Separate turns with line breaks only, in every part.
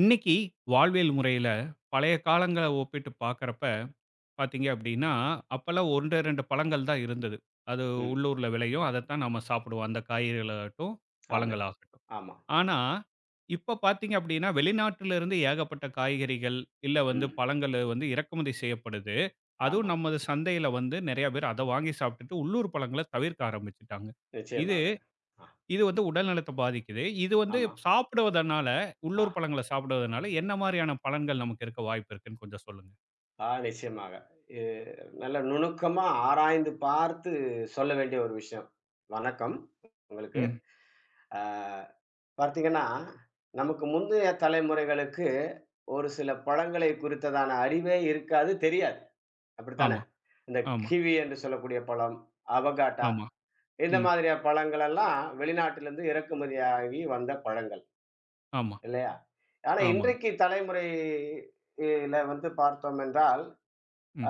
இன்னைக்கு வாழ்வியல் முறையில பழைய காலங்கள ஒப்பிட்டு பார்க்குறப்ப பார்த்தீங்க அப்படின்னா, அப்பல்லாம் 1, 2 பழங்கள் தான் இருந்தது. அது
ம்.
உள்ளூர்ல விளையும். அதத்தான் நம்ம சாப்பிடுவோம். அந்த காய்கறிகளாகட்டும்,
ஆமா.
பழங்களாகட்டும்.
ஆமா.
ஆனா, இப்ப பார்த்தீங்க அப்படின்னா, வெளிநாட்டுல இருந்து ஏகப்பட்ட காய்கறிகள், இல்ல வந்து
ம்.
பழங்கள் வந்து இறக்குமதி செய்யப்படுது. அதுவும்
ஆமா.
நமது சந்தையில வந்து நெறைய பேர் அத வாங்கி சாப்பிட்டுட்டு உள்ளூர் பழங்கள தவிர்க்க ஆரம்பிச்சுட்டாங்க. இது
நிச்சயமாக. ஆ.
இது வந்து உடல் நலத்த பாதிக்குது. இது வந்து
ஆமா.
சாப்பிடுவதனால, உள்ளூர்
ஆ.
பழங்கள சாப்பிடுவதனால, என்ன மாரியான பலன்கள் நமக்கு இருக்க வாய்ப்பு இருக்குன்னு கொஞ்சம் சொல்லுங்க?
ஆ நிச்சயமாக. இ நல்ல நுணுக்கமா ஆராய்ந்து பார்த்து சொல்ல வேண்டிய ஒரு விஷயம். வணக்கம் உங்களுக்கு.
ம்.
ஆ பார்த்தீங்கன்னா, நமக்கு முந்தைய தலைமுறைகளுக்கு ஒரு சில பழங்களை குறித்ததான அறிவே இருக்காது, தெரியாது. அப்படித்தானே?
ஆமா,
இந்த
ஆமா,
கிவி என்று சொல்லக்கூடிய பழம், அவகாடா
ஆமா.
இந்த
ம்.
மாதிரியா பழங்கள் எல்லாம் வெளிநாட்டிலிருந்து இறக்குமதியாகி வந்த பழங்கள்.
ஆமா,
இல்லையா? ஆனா
ஆமாங்க.
இன்றைக்கு தலைமுறை யில வந்து பார்த்தோம் என்றால்,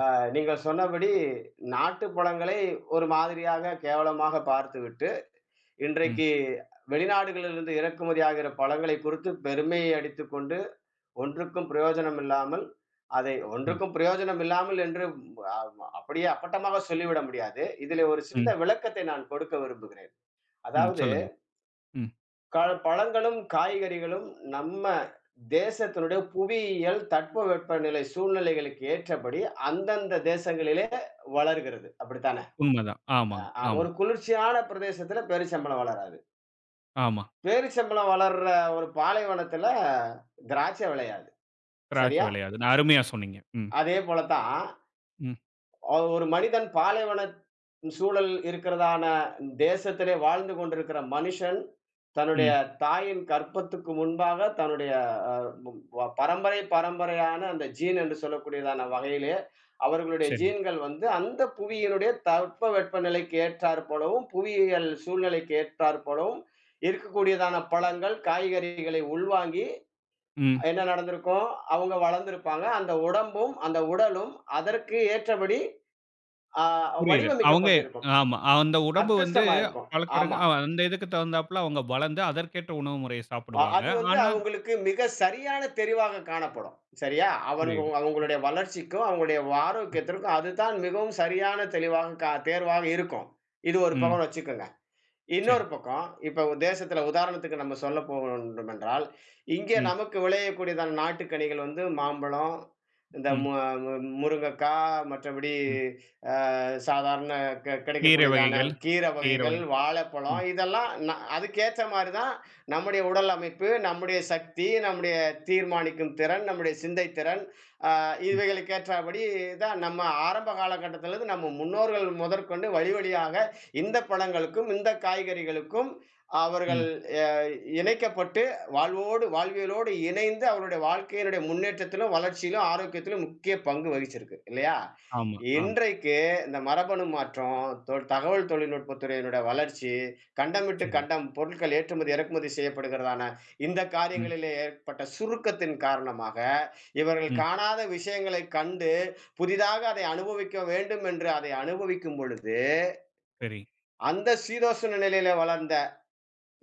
அ நீங்கள் சொன்னபடி நாட்டு பழங்களை ஒரு மாதிரியாக கேவலமாக பார்த்துவிட்டு,
ம்,
இன்றைக்கு வெளிநாடுகளிலிருந்து இறக்குமதி ஆகிற பழங்களை குறித்து பெருமையை அடித்துக்கொண்டு, ஒன்றுக்கும் பிரயோஜனம் இல்லாமல் அதை
ஆமா.
ஒன்றுக்கும் பிரயோஜனம் இல்லாமல் என்று அ அப்படியே அப்பட்டமாக சொல்லிவிட முடியாது. இதிலே ஒரு
ம்,
சின்ன விளக்கத்தை நான் கொடுக்க விரும்புகிறேன்.
ம்.
அதாவது
சொல்லுங்க. ம்.
க பழங்களும், காய்கறிகளும் நம்ம தேசத்தினுடைய புவியியல் தட்பவெப்பநிலை சூழ்நிலைகளுக்கு ஏற்றபடி அந்தந்த தேசங்களிலே வளர்கிறது. அப்படித்தானே?
உண்மதான்.
அ
ஆமாங்க.
அ
ஆமா,
ஒரு குளிர்ச்சியான பிரதேசத்தில பேரிச்சம்பழம் வளராது.
ஆமா.
பேரிச்சம்பழம் வளர்ற ஒரு பாலைவனத்தில திராட்சை விளையாது.
திராட்சை
சரியா?
விளையாது. நான் அருமையா சொன்னீங்க. ம்,
அதே போல தான்
ம்,
ஒரு மனிதன் பாலைவன சூழல் இருக்கிறதான தேசத்திலே வாழ்ந்து கொண்டிருக்கிற மனுஷன், தன்னுடைய
ம்.
தாயின் கர்ப்பத்துக்கு முன்பாக தன்னுடைய அ ம் வ பரம்பரை பரம்பரையான அந்த ஜீன் என்று சொல்லக்கூடியதான வகையிலே, அவர்களுடைய
சரி.
ஜீன்கள் வந்து அந்த புவியினுடைய தட்பவெப்பநிலைக்கு ஏற்றாற் போலவும், புவியியல் சூழ்நிலைக்கு ஏற்றாற் போலவும் இருக்கக்கூடியதான பழங்கள், காய்கறிகளை உள்வாங்கி
ம்.
என்ன நடந்திருக்கும்? அவங்க வளர்ந்திருப்பாங்க. அந்த உடம்பும், அந்த உடலும் அதற்கு ஏற்றபடி ஆ
புரியுது. அவங்க
வடிவமைக்கப்பட்டிருக்கும்.
ஆமா. அந்த உடம்பு வந்து
அக்கஷ்டமா இருக்கும்.
பழக்கவழக்க
ஆமா.
அந்த இதுக்கு தகுந்தாப்புல அவங்க வளர்ந்து அதற்கேற்ற உணவு முறைய சாப்பிடுவாங்க.
அது வந்து
ஆனா
அவங்களுக்கு மிக சரியான தெரிவாக காணப்படும். சரியா? அவன்க
புரியுது.
அவங்களுடைய வளர்ச்சிக்கும், அவங்களுடைய ஆரோக்கியத்திற்கும் அதுதான் மிகவும் சரியான தெளிவாக தேர்வாக இருக்கும். இது ஒரு
ம்.
பக்கம் வச்சுக்கங்க.
சரி.
இன்னொரு பக்கம், இப்ப தேசத்தில உதாரணத்துக்கு நம்ம சொல்ல போனோம் என்றால், இங்கே
ம்,
நமக்கு விளையக்கூடியதான நாட்டுக்கனிகள் வந்து மாம்பழம், இந்த
ம்.
மு மு முருங்கக்கா, மற்றபடி
ம்.
சாதாரண
கீரை
கிடைக்கக்கூடியதான
வகைகள்,
கீரை
கீரை
வகைகள்,
வகை.
வாழைப்பழம்
ம்,
இதெல்லாம் அதுக்கேத்த மாரி தான் நம்முடைய உடல் அமைப்பு, நம்முடைய சக்தி, நம்முடைய தீர்மானிக்கும் திறன், நம்முடைய சிந்தைத் திறன்
ம்,
இவைகளுக்கேற்றபடி தான் நம்ம ஆரம்ப காலகட்டத்திலிருந்து நம்ம முன்னோர்கள் முதற்கொண்டு வழி வழியாக இந்த பழங்களுக்கும் இந்த காய்கறிகளுக்கும் அவர்கள்
ம்.
அஹ், இணைக்கப்பட்டு வாழ்வோடு வாழ்வியலோடு இணைந்து அவருடைய வாழ்க்கையினுடைய முன்னேற்றத்திலும் வளர்ச்சியிலும் ஆரோக்கியத்திலும் முக்கிய பங்கு வகிச்சிருக்கு இல்லையா?
ஆமா, ஆமா.
இன்றைக்கு இந்த மரபணு மாற்றம் தகவல் தொழில்நுட்பத்துறையினுடைய வளர்ச்சி கண்டமிட்டு
சரி.
கண்டம் பொருட்கள் ஏற்றுமதி இறக்குமதி செய்யப்படுகிறதான இந்த
ம்,
காரியங்களிலே ஏற்பட்ட சுருக்கத்தின் காரணமாக இவர்கள்
ம்.
காணாத விஷயங்களைக் கண்டு, புதிதாக அதை அனுபவிக்க வேண்டும் என்று அதை அனுபவிக்கும் பொழுது,
சரி.
அந்த சீதோஷண நிலையிலே வளர்ந்த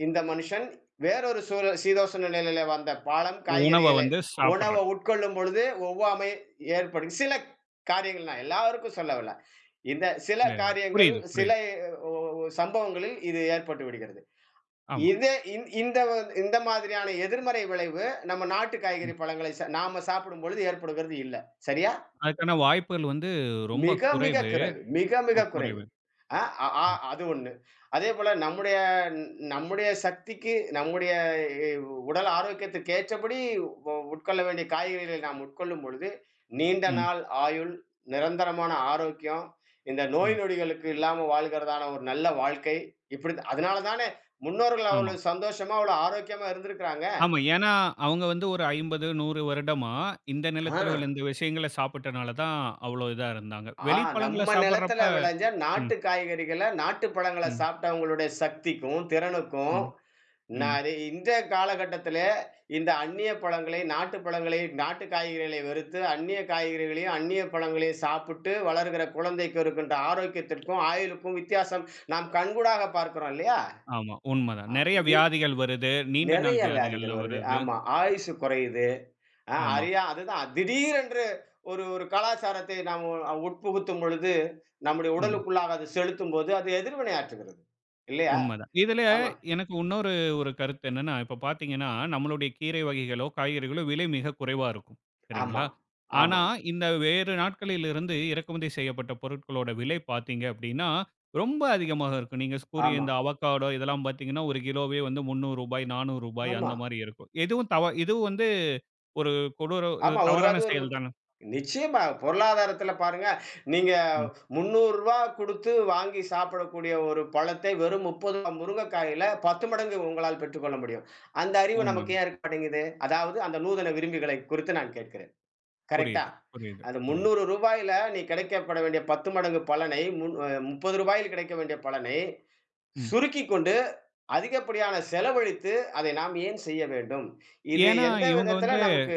இந்த மனுஷன், வேறொரு சீதோஷண நிலையிலே வந்த பழம்,
உணவ
காய்கறிகளை,
வந்து
உணவை
சாப்பிடுறேன்.
உட்கொள்ளும் பொழுது ஒவ்வாமை ஏற்படும். சில காரியங்கள் நான் எல்லாருக்கும் சொல்லவில்ல. இந்த சில
இல்ல, இல்ல.
காரியங்கள்,
புரியுது,
சில
புரியுது.
ஒ ஒ சம்பவங்களில் இது ஏற்பட்டு விடுகிறது.
ஆமா.
இதே இந்த மாதிரியான எதிர்மறை விளைவு, நம்ம நாட்டு காய்கறி,
ம்.
பழங்களை நாம சாப்பிடும் பொழுது ஏற்படுகிறது இல்ல. சரியா?
அதுக்கான வாய்ப்புகள் வந்து ரொம்ப
மிக மிக
குறைவு.
குறைவு. மிக மிக குறைவு.
குறைவு.
அ அ ஆ
ம்,
அது 1. அதேபோல நம்முடைய நம்முடைய சக்திக்கு, நம்முடைய எ உடல் ஆரோக்கியத்திற்கு ஏற்றபடி உட்கொள்ள வேண்டிய காய்கறிகளை நாம் உட்கொள்ளும் பொழுது, நீண்ட
ம்,
நாள் ஆயுள், நிரந்தரமான ஆரோக்கியம், இந்த நோய்
ம்.
நொடிகளுக்கு இல்லாம வாழ்கிறதான ஒரு நல்ல வாழ்க்கை, இப்படி அதனால தானே முன்னோர்கள்
ஆமா.
அவ்வளோ சந்தோஷமா, அவ்வளோ ஆரோக்கியமா இருந்திருக்கிறாங்க.
ஆமா. ஏன்னா, அவங்க வந்து ஒரு 50, 100 வருடமா இந்த
ஆ,
நிலத்தில விளைந்த விஷயங்கள சாப்பிட்டனால தான் அவ்வளோ இதா இருந்தாங்க.
ஆ
வெளி பழங்கள
நம்ம
சாப்பிடுறப்ப
நிலத்தில விளைஞ்ச
ம்,
நாட்டு காய்கறிகள, நாட்டு பழங்கள
ம்,
சாப்பிட்டவங்களுடைய சக்திக்கும், திறனுக்கும்
ம், ம்.
நான் அது இன்றைய காலகட்டத்தில, இந்த அந்நிய பழங்களை, நாட்டு பழங்களை, நாட்டு காய்கறிகளை வெறுத்து, அந்நிய காய்கறிகளையும், அந்நிய பழங்களையும் சாப்பிட்டு வளருகிற குழந்தைக்கு இருக்கின்ற ஆரோக்கியத்திற்கும், ஆயுளுக்கும் வித்தியாசம் நாம் கண்கூடாக பார்க்கிறோம் இல்லையா?
ஆமா. உண்மதான்.
அ
நெறைய
இ
வியாதிகள் வருது. நீண்ட
நிறைய
நாள்
வியாதிகள்
வியாதிகள்லாம்
வருது.
வருது.
ஆமா. ஆயுசு குறையுது. அ
ஆமா.
அறியா அதுதான் திடீரென்று ஒரு ஒரு கலாச்சாரத்தை நாம் உட்புகுத்தும் பொழுது, நம்முடைய
ம்.
உடலுக்குள்ளாக அது செலுத்தும்போது, அது எதிர்வினை ஆற்றுகிறது. இல்லையா?
உண்மதான். இதுல
ஆமா.
எனக்கு இன்னொரு ஒரு கருத்து என்னன்னா, இப்ப பார்த்தீங்கன்னா, நம்மளுடைய கீரை வகைகளோ, காய்கறிகளோ விலை மிக குறைவா இருக்கும்.
ஆமா.
சரிங்களா? ஆனா,
ஆமாம்.
இந்த வேறு நாட்களிலிருந்து இறக்குமதி செய்யப்பட்ட பொருட்களோட விலை பார்த்தீங்க அப்படின்னா, ரொம்ப அதிகமாக இருக்கும். நீங்க கூறிய
ஆமா.
இந்த அவக்காடோ இதெல்லாம் பார்த்தீங்கன்னா, 1 கிலோவே வந்து ரூ. 300, ரூ. 400
ஆமா.
அந்த மாரி இருக்கும். இதுவும் வந்து ஒரு கொடூர இது
ஆமா. ஒரு
தவறான
அது ஒரு
செயல்
முக்கிய
தான.
நிச்சயமா. பொருளாதாரத்தில பாருங்க, நீங்க ரூ.
ம்.
300 குடுத்து வாங்கி சாப்பிடக்கூடிய ஒரு பழத்தை வெறும் ரூ. 30 முருங்கைக்காயில 10 மடங்கு உங்களால் பெற்றுக்கொள்ள முடியும். அந்த அறிவு நமக்கு
உண்மதான்.
ஏன் இருக்க மாட்டேங்குது? அதாவது அந்த நூதன விரும்பிகளை குறித்து நான் கேட்கிறேன். கரெக்ட்டா?
புரியுது, புரியுது,
அந்த ரூ.
புரியுது.
300 நீ கிடைக்கப்பட வேண்டிய 10 மடங்கு பலனை, முன் அ ரூ. 30 கிடைக்க வேண்டிய பலனை
ம்.
சுருக்கிக் கொண்டு, அதிகப்படியான செலவழித்து, அதை நாம் ஏன் செய்ய வேண்டும்? இது
ஏன்னா,
எந்த
இவங்க
விதத்தில
வந்து
நமக்கு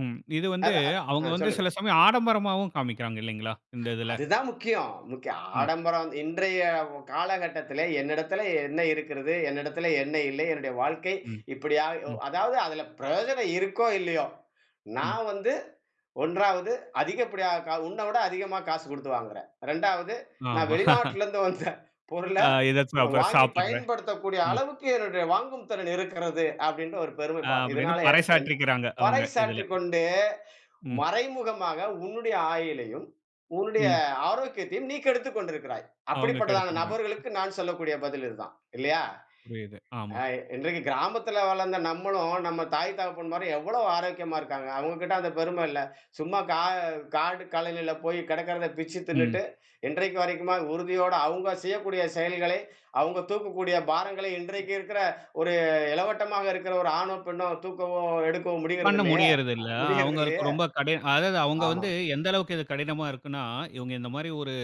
ம். இது வந்து
அத அ
அவங்க
அ,
வந்து
சொல்லுங்க.
சில சமயம் ஆடம்பரமாவும் காமிக்கிறாங்க இல்லைங்களா? இந்த இதுல.
அதுதான் முக்கியம். முக்கிய
ம்,
ஆடம்பரம் இன்றைய காலகட்டத்திலே என்னிடத்திலே என்ன இருக்கிறது? என்னிடத்திலே என்ன இல்லை? என்னுடைய வாழ்க்கை
ம்,
இப்படியா ஒ
ம்,
அதாவது அதில பிரயோஜனம் இருக்கோ! இல்லையோ!
ம்.
நான் வந்து 1வது அதிகப்படியா கா உன்ன விட அதிகமா காசு குடுத்து வாங்குறேன். 2வது நான்
ஆமா.
வெளிநாட்டிலேருந்து வந்த பொருள
இத
நான்
சாப்பிடுறேன்
வாங்கி
சாப்பிடுறேன்.
பயன்படுத்தக்கூடிய
ம்.
அளவுக்கு என்னுடைய வாங்கும் திறன் இருக்கிறது. அப்படின்ற ஒரு பெருமை
அப்படின்னு
இதனால எனக்கு என்
பறைசாற்றிக்கிறாங்க அவங்க இதுல.
பறைசாற்றிக் கொண்டு
ம்,
மறைமுகமாக உன்னுடைய ஆயுளையும், உன்னுடைய
ம்.
ஆரோக்கியத்தையும் நீ கெடுத்துக் கொண்டிருக்கிறாய்.
அவங்க
அப்படிப்பட்டதான
கெடுத்துக்கிறாங்க.
நபர்களுக்கு நான் சொல்லக்கூடிய பதில் இதுதான். இல்லையா?
புரியுது. ஆமா.
அ இன்றைக்கு கிராமத்துல வளர்ந்த நம்மளும், நம்ம தாய் தகப்பன்மாரும் எவ்வளவு ஆரோக்கியமா இருக்காங்க. அவங்ககிட்ட அந்த பெருமை இல்ல. சும்மா காடு காலனில போய் கிடக்கிறத பிச்சு
ம்.
தின்னுட்டு, இன்றைக்கு வரைக்குமா உறுதியோட அவங்க செய்யக்கூடிய செயல்களை, அவங்க தூக்கக்கூடிய பாரங்களை இன்றைக்கு இருக்கிற ஒரு இளவட்டமாக இருக்கிற ஒரு ஆணோ, பெண்ணோ தூக்கவோ, எடுக்கவோ
பண்ண
முடிகிறது இல்லையே!
முடியறதில்ல.
முடிகிறது
அவங்களுக்கு
இல்லையே!
ரொம்ப கடி அதாவது அவங்க
ஆமா.
வந்து எந்த அளவுக்கு இது கடினமா இருக்குன்னா, இவங்க இந்த மாரி ஒரு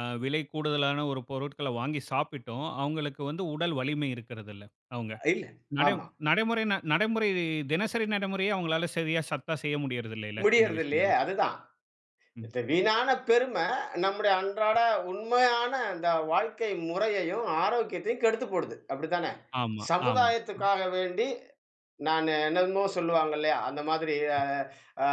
விலை கூடுதலான ஒரு பொருட்கள வாங்கி சாப்பிட்டும், அவங்களுக்கு வந்து உடல் வலிமை இருக்கிறதில்ல. அவங்க
இல்ல.
நடை
ஆமா.
நடைமுறை நடைமுறை தினசரி நடைமுறையே அவங்களால சரியா சத்தா செய்ய முடியறது இல்லைல, இந்த
முடியறது இல்லையே!
விஷயங்கள.
அதுதான்.
ம்.
இந்த வீணான பெருமை நம்முடைய அன்றாட உண்மையான அந்த வாழ்க்கை முறையையும், ஆரோக்கியத்தையும் கெடுத்து போடுது. அப்படித்தானே?
ஆமா, ஆமா.
சமுதாயத்துக்காக வேண்டி நானு என்னமோ சொல்லுவாங்க இல்லையா? அந்த மாதிரி அ அ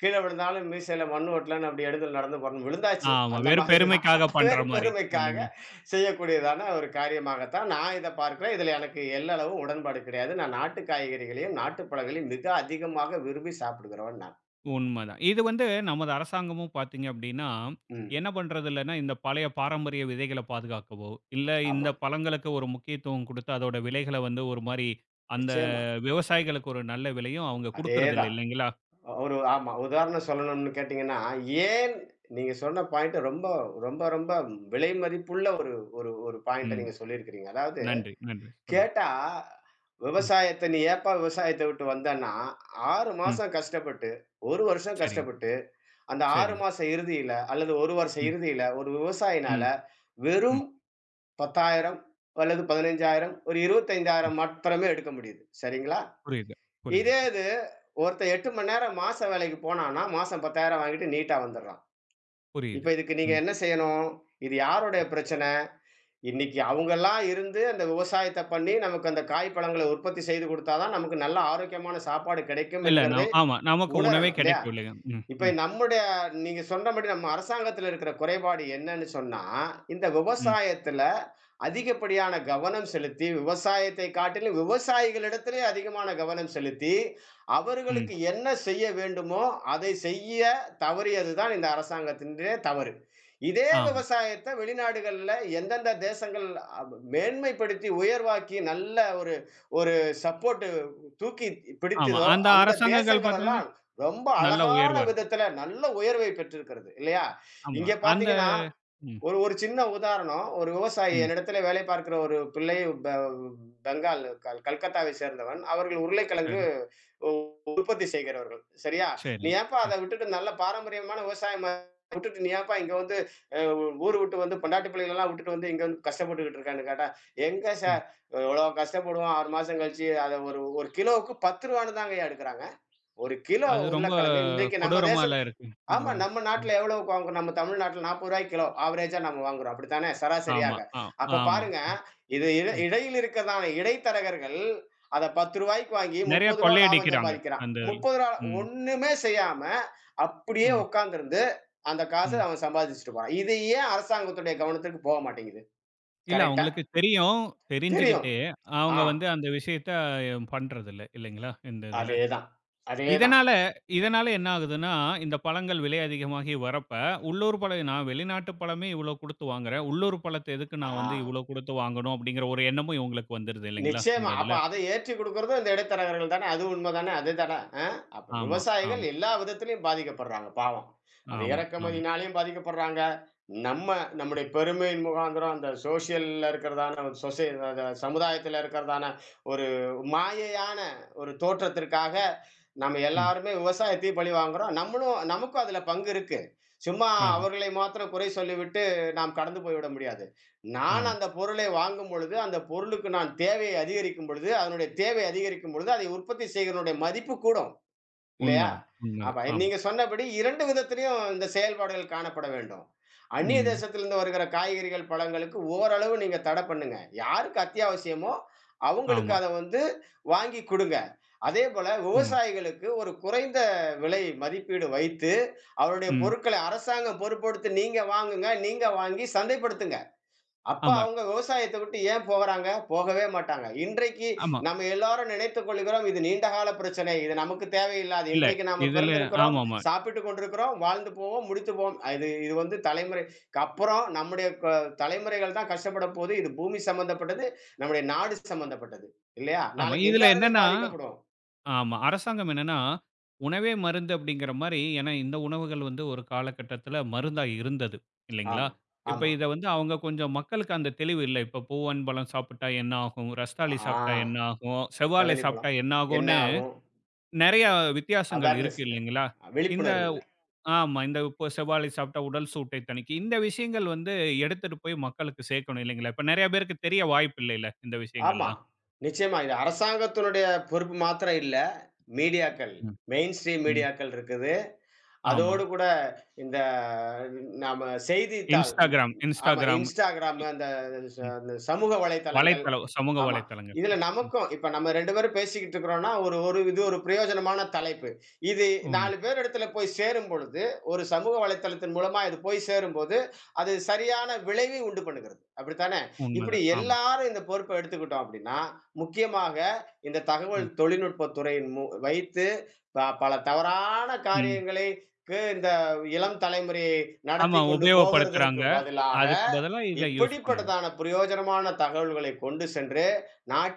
கீழ விழுந்தாலும் மீசையில மண்ணு ஒட்டலன்னு அப்படி எடுத்து நடந்து போறணும். விழுந்தாச்சு.
ஆமா.
அந்த
வெறும்
மாதிரி தான்.
பெருமைக்காக பண்ற
வேறு
மாரி
பெருமைக்காக
இல்லைங்களா?
செய்யக்கூடியதான ஒரு காரியமாகத்தான் நான் இத பார்க்கிறேன். இதுல எனக்கு எள்ளளவு உடன்பாடு கிடையாது. நான் நாட்டு காய்கறிகளையும், நாட்டு பழங்களையும் மிக அதிகமாக விரும்பி சாப்பிடுகிறவன் நான்.
உண்மதான். இது வந்து நமது அரசாங்கமும் பார்த்தீங்க அப்படின்னா,
ம்.
என்ன பண்றது இல்லன்னா, இந்த பழைய பாரம்பரிய விதைகள பாதுகாக்கவோ, இல்ல இந்த
ஆமா.
பழங்களுக்கு ஒரு முக்கியத்துவம் குடுத்து அதோட விலைகள வந்து ஒரு மாரி அந்த
நிச்சயமா.
விவசாயிகளுக்கு ஒரு நல்ல விலையும் அவங்க குடுக்கறது இல்ல
அதேதான்.
இல்லைங்களா?
ஒரு ஆமா. உதாரணம் சொல்லணும்னு கேட்டீங்கன்னா, ஏன் நீங்க சொன்ன பாயிண்ட் ரொம்ப ரொம்ப ரொம்ப விலை மதிப்புள்ள ஒரு ஒரு ஒரு பாயிண்ட்ட நீங்க
ம்.
சொல்லியிருக்கிறீங்க. அதாவது
நன்றி, நன்றி. சொல்லுங்க.
கேட்டா,
ம்,
"விவசாயத்த நீ ஏப்பா விவசாயத்த விட்டு வந்தன்னா, 6
ம்.
மாசம் கஷ்டப்பட்டு, 1 வருஷம்
சரிங்க,
கஷ்டப்பட்டு, அந்த 6
சரிங்க.
மாச இறுதியில அல்லது 1 வருஷ
ம்,
இறுதியில ஒரு விவசாயினால
ம்,
வெறும் 10,000 அல்லது 15,000 ஒரு
ம்.
25,000 மாத்திரமே எடுக்க முடியுது." சரிங்களா?
புரியுது,
இதே
புரியுது,
இது ஒருத்தன் 8 மணி நேரம் மாச வேலைக்கு போனான்னா, மாசம் 10,000 வாங்கிட்டு நீட்டா வந்துர்றான்.
புரியுது.
இப்ப இதுக்கு நீங்க
ம்.
என்ன செய்யணும்? இது யாருடைய பிரச்சனை? இன்னைக்கு அவங்கலாம் இருந்து அந்த விவசாயத்த பண்ணி, நமக்கு அந்த காய், பழங்கள உற்பத்தி செய்து குடுத்தா தான், நமக்கு நல்ல ஆரோக்கியமான சாப்பாடு கிடைக்கும்
இல்ல
என்கிறதை
நான் ஆமா. நமக்கு உணவே
உணரணும் இல்லையா?
கிடைக்கவில்லைங்க. ம்,
இப்ப
ம்,
நம்முடைய நீங்க சொன்னபடி நம்ம அரசாங்கத்துல இருக்கிற குறைபாடு என்னன்னு சொன்னா, இந்த
ம்,
விவசாயத்துல அதிகப்படியான கவனம் செலுத்தி, விவசாயத்தை காட்டிலும் விவசாயிகளிடத்திலே அதிகமான கவனம் செலுத்தி,
ம்.
அவர்களுக்கு என்ன செய்ய வேண்டுமோ, அதை செய்ய தவறியது தான் இந்த அரசாங்கத்தினுடைய தவறு. இதே
ஆமா,
விவசாயத்த வெளிநாடுகள்ல எந்தெந்த தேசங்கள் அ மேன்மைப்படுத்தி, உயர்வாக்கி, நல்ல ஒரு ஒரு சப்போர்ட்டு தூக்கி
ஆமா.
பிடித்ததோ,
அந்த
அந்த
அரசாங்கங்கள் பார்த்தீங்கன்னா,
தேசங்களெல்லாம் ரொம்ப
நல்லா
அழகான
உயர்வா இருக்கு.
விதத்துல நல்ல உயர்வை பெற்றிருக்கிறது இல்லையா?
ஆமா.
இங்க
அந்த
பார்த்தீங்கன்னா,
ம்,
ஒரு ஒரு சின்ன உதாரணம். ஒரு விவசாயி
ம்.
என்னிடத்திலே வேலை பார்க்கிற ஒரு பிள்ளை ப பெங்கால் கல் கல்கத்தாவை சேர்ந்தவன். அவர்கள்
சரி,
உருளைக்கிழங்கு உ உற்பத்தி செய்கிறவர்கள். சரியா? "நீ
சரிங்க.
ஏன்பா
சரி.
அத விட்டுட்டு நல்ல பாரம்பரியமான விவசாயம் விட்டுட்டு, நீ ஏன்பா இங்க வந்து அ ஊர் விட்டு வந்து பொண்டாட்டி பிள்ளைகளெல்லாம் விட்டுட்டு வந்து இங்க வந்து கஷ்டப்பட்டுக்கிட்டு இருக்கான்னு" கேட்டா, "எங்க
ம்.
சார் எவ்வளோ கஷ்டப்படுவோம் 6 மாசம் கழிச்சு, அத ஒரு ஒரு கிலோவுக்கு ரூ. 10 தாங்கய்யா எடுக்குறாங்க." 1 கிலோ
அது ரொம்ப
உருளைக்கிழங்கு இன்றைக்கு நம்ம தேசத்து
கொடூரமாலாம் இருக்கு. இந்த
ஆமா
முறை.
நம்ம
ஆமா,
நாட்டுல எவ்வளவுக்கு வாங்குறோம்? நம்ம தமிழ்நாட்டுல ரூ. 40 கிலோ. ஆவரேஜா நம்ம வாங்குறோம். அப்படித்தானே?
ஆமா,
சராசரியாக.
ஆ
அப்ப
ஆமா.
பாருங்க,
ம்,
இது
ம்.
இடையில் இருக்கிறதான இடைத்தரகர்கள் அத ரூ. 10க்கு வாங்கி ரூ.
நெறைய
30 லாபம்
கொள்ளையடிக்கிறாங்க.
சம்பாதிக்கிறான்.
அந்த
ரூ.
இதுல.
30
ம்,
ஒண்ணுமே செய்யாம அப்படியே
ம்,
உட்கார்ந்திருந்து அந்த காச
ம்.
அவன் சம்பாதிச்சுட்டு போறான். இது ஏன் அரசாங்கத்துடைய கவனத்திற்கு போக மாட்டேங்குது?
இல்ல
கரெக்ட்டா?
அவங்களுக்கு தெரியும்.
தெரியும்.
தெரிஞ்சுகிட்டே,
ஆ
அவங்க வந்து அந்த விஷயத்த பண்றதில்ல. இல்லைங்களா? இந்த இதுல.
அதேதான், அதேதான்.
இதனால இதனால என்ன ஆகுதுன்னா, இந்த பழங்கள் விலை அதிகமாகி வரப்ப, உள்ளூர் பழம் நான் வெளிநாட்டு பழமே இவ்வளோ குடுத்து வாங்குறேன். உள்ளூர் பழத்த எதுக்கு
ஆ.
நான் வந்து இவ்வளோ குடுத்து வாங்கணும்? அப்படிங்கிற ஒரு எண்ணமும் இவங்களுக்கு வந்துருது இல்லைங்களா? இந்த
நிச்சயமா. அப்ப
இதுல.
அத ஏற்றிக் குடுக்குறதும் இந்த இடைத்தரகர்கள் தானே! அது உண்ம தானே! அது தானே! அ அப்ப
ஆமா,
விவசாயிகள்
ஆமா,
எல்லா விதத்திலயும் பாதிக்கப்படுறாங்க பாவம். அது
ஆமா, ஆமா.
இறக்குமதினாலயும் பாதிக்கப்படுறாங்க. நம்ம நம்முடைய பெருமையின் முகாந்திரம் அந்த சோசியல்ல இருக்கிறதான ஒரு சொசை அத சமுதாயத்தில இருக்கிறதான ஒரு மாயையான ஒரு தோற்றத்திற்காக நம்ம
ம்.
எல்லாருமே விவசாயத்தையும் பழி வாங்குறோம். நம்மளும் நமக்கும் அதுல பங்கு இருக்கு. சும்மா
ஆமா,
அவர்களை மாத்திரம் குறை சொல்லிவிட்டு நாம் கடந்து போய்விட முடியாது. நான்
ஆமா.
அந்த பொருளை வாங்கும் பொழுது, அந்த பொருளுக்கு நான் தேவையை அதிகரிக்கும் பொழுது, அதனுடைய தேவை அதிகரிக்கும் பொழுது, அதை உற்பத்தி செய்கிறவனுடைய மதிப்பு கூடும். இல்லையா?
உண்மதான், உண்மதான்.
அப்ப
ஆமா.
நீங்க சொன்னபடி 2 விதத்திலயும் இந்த செயல்பாடுகள் காணப்பட வேண்டும். அந்நிய
ம்.
தேசத்திலிருந்து வருகிற காய்கறிகள், பழங்களுக்கு ஓரளவு நீங்க தடை பண்ணுங்க. யாருக்கு அத்தியாவசியமோ அவங்களுக்கு
ஆமா,
அத வந்து வாங்கி குடுங்க. அதேபோல
ம்,
விவசாயிகளுக்கு ஒரு குறைந்த விலை மதிப்பீடு வைத்து, அவருடைய
ம்.
பொருட்களை அரசாங்கம் பொறுப்பெடுத்து நீங்க வாங்குங்க, நீங்க வாங்கி சந்தைப்படுத்துங்க. அப்ப
ஆமா,
அவங்க விவசாயத்த விட்டு ஏன் போகறாங்க? போகவே மாட்டாங்க. இன்றைக்கு
ஆமா.
நம்ம எல்லாரும் நினைத்துக் கொள்கிறோம், இது நீண்டகால பிரச்சனை. இது நமக்கு தேவையில்லாது.
இல்ல,
இன்றைக்கு நாம
இதுல
பிறந்திருக்கிறோம்,
ஆமாமா.
சாப்பிட்டுக் கொண்டிருக்கிறோம், வாழ்ந்து போவோம், முடித்து போவோம். இது இது வந்து தலைமுறைக்கு அப்புறம் நம்முடைய தலைமுறைகள் தான் கஷ்டப்பட போது. இது பூமி சம்பந்தப்பட்டது, நம்முடைய நாடு சம்பந்தப்பட்டது. இல்லையா?
ஆமா.
நாளைக்கு
இதுல
எல்லாருமே
என்னன்னா
பாதிக்கப்படுவோம்.
ஆமா. அரசாங்கம் என்னன்னா, உணவே மருந்து அப்படிங்கிற மாரி ஏன்னா இந்த உணவுகள் வந்து ஒரு காலகட்டத்தில மருந்தா இருந்தது, இல்லைங்களா?
ஆமா,
இப்ப
ஆமா.
இத வந்து அவங்க கொஞ்சம் மக்களுக்கு அந்த தெளிவு இல்ல. இப்ப பூவன்பழம் சாப்பிட்டா என்ன ஆகும்?
ஆ
ரஸ்தாளி சாப்பிட்டா என்ன ஆகும்? செவ்வாழை சாப்பிட்டா
கதளிப்பழம்.
என்ன
என்ன
ஆகும்னு
ஆகும்?
நெறைய வித்தியாசங்கள்
அவேர்னஸ்
இருக்கு
இல்ல.
இல்லைங்களா? இந்த
விழிப்புணர்வு இல்ல.
ஆமா. இந்த இப்போ செவ்வாழை சாப்பிட்டா உடல் சூட்டை தணிக்கும். இந்த விஷயங்கள் வந்து எடுத்துட்டு போய் மக்களுக்கு சேர்க்கணும் இல்லைங்களா? இப்ப நெறைய பேருக்கு தெரிய வாய்ப்பு இல்லைல்ல இந்த
ஆமா.
விஷயங்கள்லாம்.
நிச்சயமா. இது அரசாங்கத்தினுடைய பொறுப்பு மாத்திரம் இல்ல. மீடியாக்கள்,
ம்,
மெயின் ஸ்ட்ரீம்
ம்.
மீடியாக்கள் இருக்குது.
ஆமா.
அதோடு கூட இந்த நாம செய்தித்தாள்
Instagram,
ஆமா
Instagram. இ
இன்ஸ்டாகிராம் அந்த
ம்.
அந்த சமூக வலைத்தளங்கள்.
வலைத்தளம். சமூக
ஆமா.
வலைத்தளங்கள்.
இதுல
ம்.
நமக்கும் இப்ப நம்ம 2 பேரும் பேசிக்கிட்டு இருக்கிறோம்னா, ஒரு ஒரு இது ஒரு பிரயோஜனமான தலைப்பு. இது
உண்ம
4 பேர் இடத்துல போய் சேரும் பொழுது, ஒரு சமூக வலைத்தளத்தின் மூலமா இது போய் சேரும்போது, அது சரியான விளைவை உண்டு பண்ணுகிறது. அப்படித்தானே? இப்படி
உண்மதான். ஆமா.
எல்லாரும் இந்த பொறுப்ப எடுத்துக்கிட்டோம் அப்படின்னா, முக்கியமாக இந்த தகவல்
ம்.
தொழில்நுட்பத் துறையின் வைத்து பல தவறான
ம்.
காரியங்களை இந்த இளம் தலைமுறை
ஆமா.
நடத்தி கொண்டு
உபயோகப்படுத்துறாங்க.
போகிறதற்கு பதிலாக,
அதுக்கு பதிலா இத யூஸ் பண்ணணும்.
இப்படிப்பட்டதான பிரயோஜனமான தகவல்களை கொண்டு சென்று,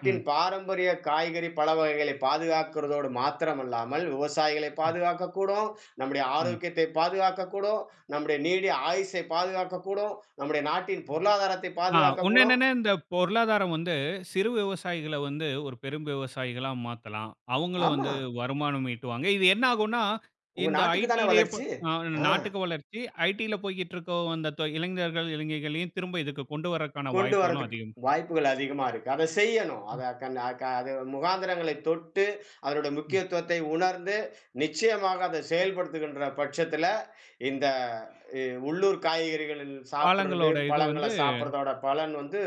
ம்.
பாரம்பரிய காய்கறி, பழ வகைகளை பாதுகாக்கிறதோடு மாத்திரமல்லாமல், விவசாயிகளை
ம்.
பாதுகாக்கக்கூடும், நம்முடைய
ம்.
ஆரோக்கியத்தை பாதுகாக்கக்கூடும், நம்முடைய நீடிய ஆயுசை பாதுகாக்கக்கூடும், நம்முடைய நாட்டின்
ம்.
பொருளாதாரத்தை
ஆ உன்ன
பாதுகாக்கக்கூடும்.
என்னன்னா, இந்த பொருளாதாரம் வந்து சிறு விவசாயிகள வந்து ஒரு பெரும் விவசாயிகளா மாத்தலாம். அவங்களும்
ஆமா,
வந்து வருமானம் ஈட்டுவாங்க. இது என்ன ஆகும்னா,
உங்க
இந்த
நாட்டுக்கு தான
ஐடியிலேயே ப
வளர்ச்சி.
அ
ஆ.
நாட்டுக்கு வளர்ச்சி, ஐடியில போய்க்கிட்டு இருக்க அந்த இளைஞர்கள், இளைஞர்களையும் திரும்ப இதுக்கு கொண்டு வரக்கான
கொண்டு
வாய்ப்புகளும்
வரதுக்கு
அதிகம்.
வாய்ப்புகள் அதிகமா இருக்கு. அத செய்யணும்.
ம்.
அத கண் அ க அது முகாந்திரங்களை தொட்டு, அதனோட
ம்.
முக்கியத்துவத்தை உணர்ந்து, நிச்சயமாக அத செயல்படுத்துகின்ற பட்சத்தில, இந்த இ உள்ளூர் காய்கறிகள் சாப்பிடுறது,
காலங்களோட இது
பழங்கள
வந்து
சாப்பிடுறதோட பலன் வந்து,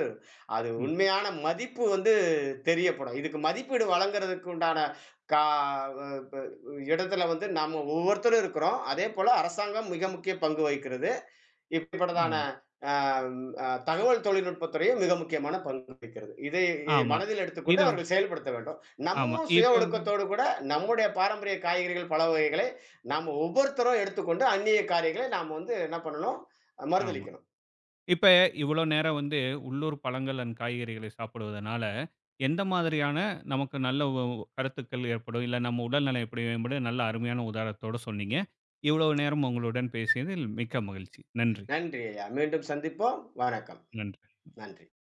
அது
ம்.
உண்மையான மதிப்பு வந்து தெரியப்படும். இதுக்கு மதிப்பீடு வழங்குறதுக்கு உண்டான கா வ ப இடத்துல வந்து நம்ம ஒவ்வொருத்தரும் இருக்கிறோம். அதேபோல அரசாங்கம் மிக முக்கிய பங்கு வகிக்கிறது. இப்படிப்பட்டதான
உண்ம.
அ ம் அ தகவல் தொழில்நுட்பத் துறையும் மிக முக்கியமான பங்கு வகிக்கிறது. இதை
ஆமா.
மனதில் எடுத்துக்கொண்டு
இது
அவர்கள் செயல்படுத்த வேண்டும்.
ஆமா.
நம்மமும் சுய
இப்ப வந்து
ஒழுக்கத்தோடு கூட நம்முடைய பாரம்பரிய காய்கறிகள், பழ வகைகளை நாம ஒவ்வொருத்தரும் எடுத்துக்கொண்டு அந்நிய காரியங்களை நாம் வந்து என்ன பண்ணணும்?
ஆமா.
மறுதலிக்கணும்.
இப்ப இவ்ளோ நேரம் வந்து உள்ளூர் பழங்கள் அண்ட் காய்கறிகளை சாப்பிடுவதனால, எந்த மாதிரியான நமக்கு நல்ல கருத்துக்கள் ஏற்படும்? இல்ல நம்ம உடல்நலம் எப்படி மேம்படும்? நல்ல அருமையான உதாரணத்தோட சொன்னீங்க. இவ்வளவு நேரம் உங்களுடன் பேசியதில் மிக்க மகிழ்ச்சி. நன்றி.
நன்றி ஐயா. மீண்டும் சந்திப்போம். வணக்கம்.
நன்றி.
நன்றி.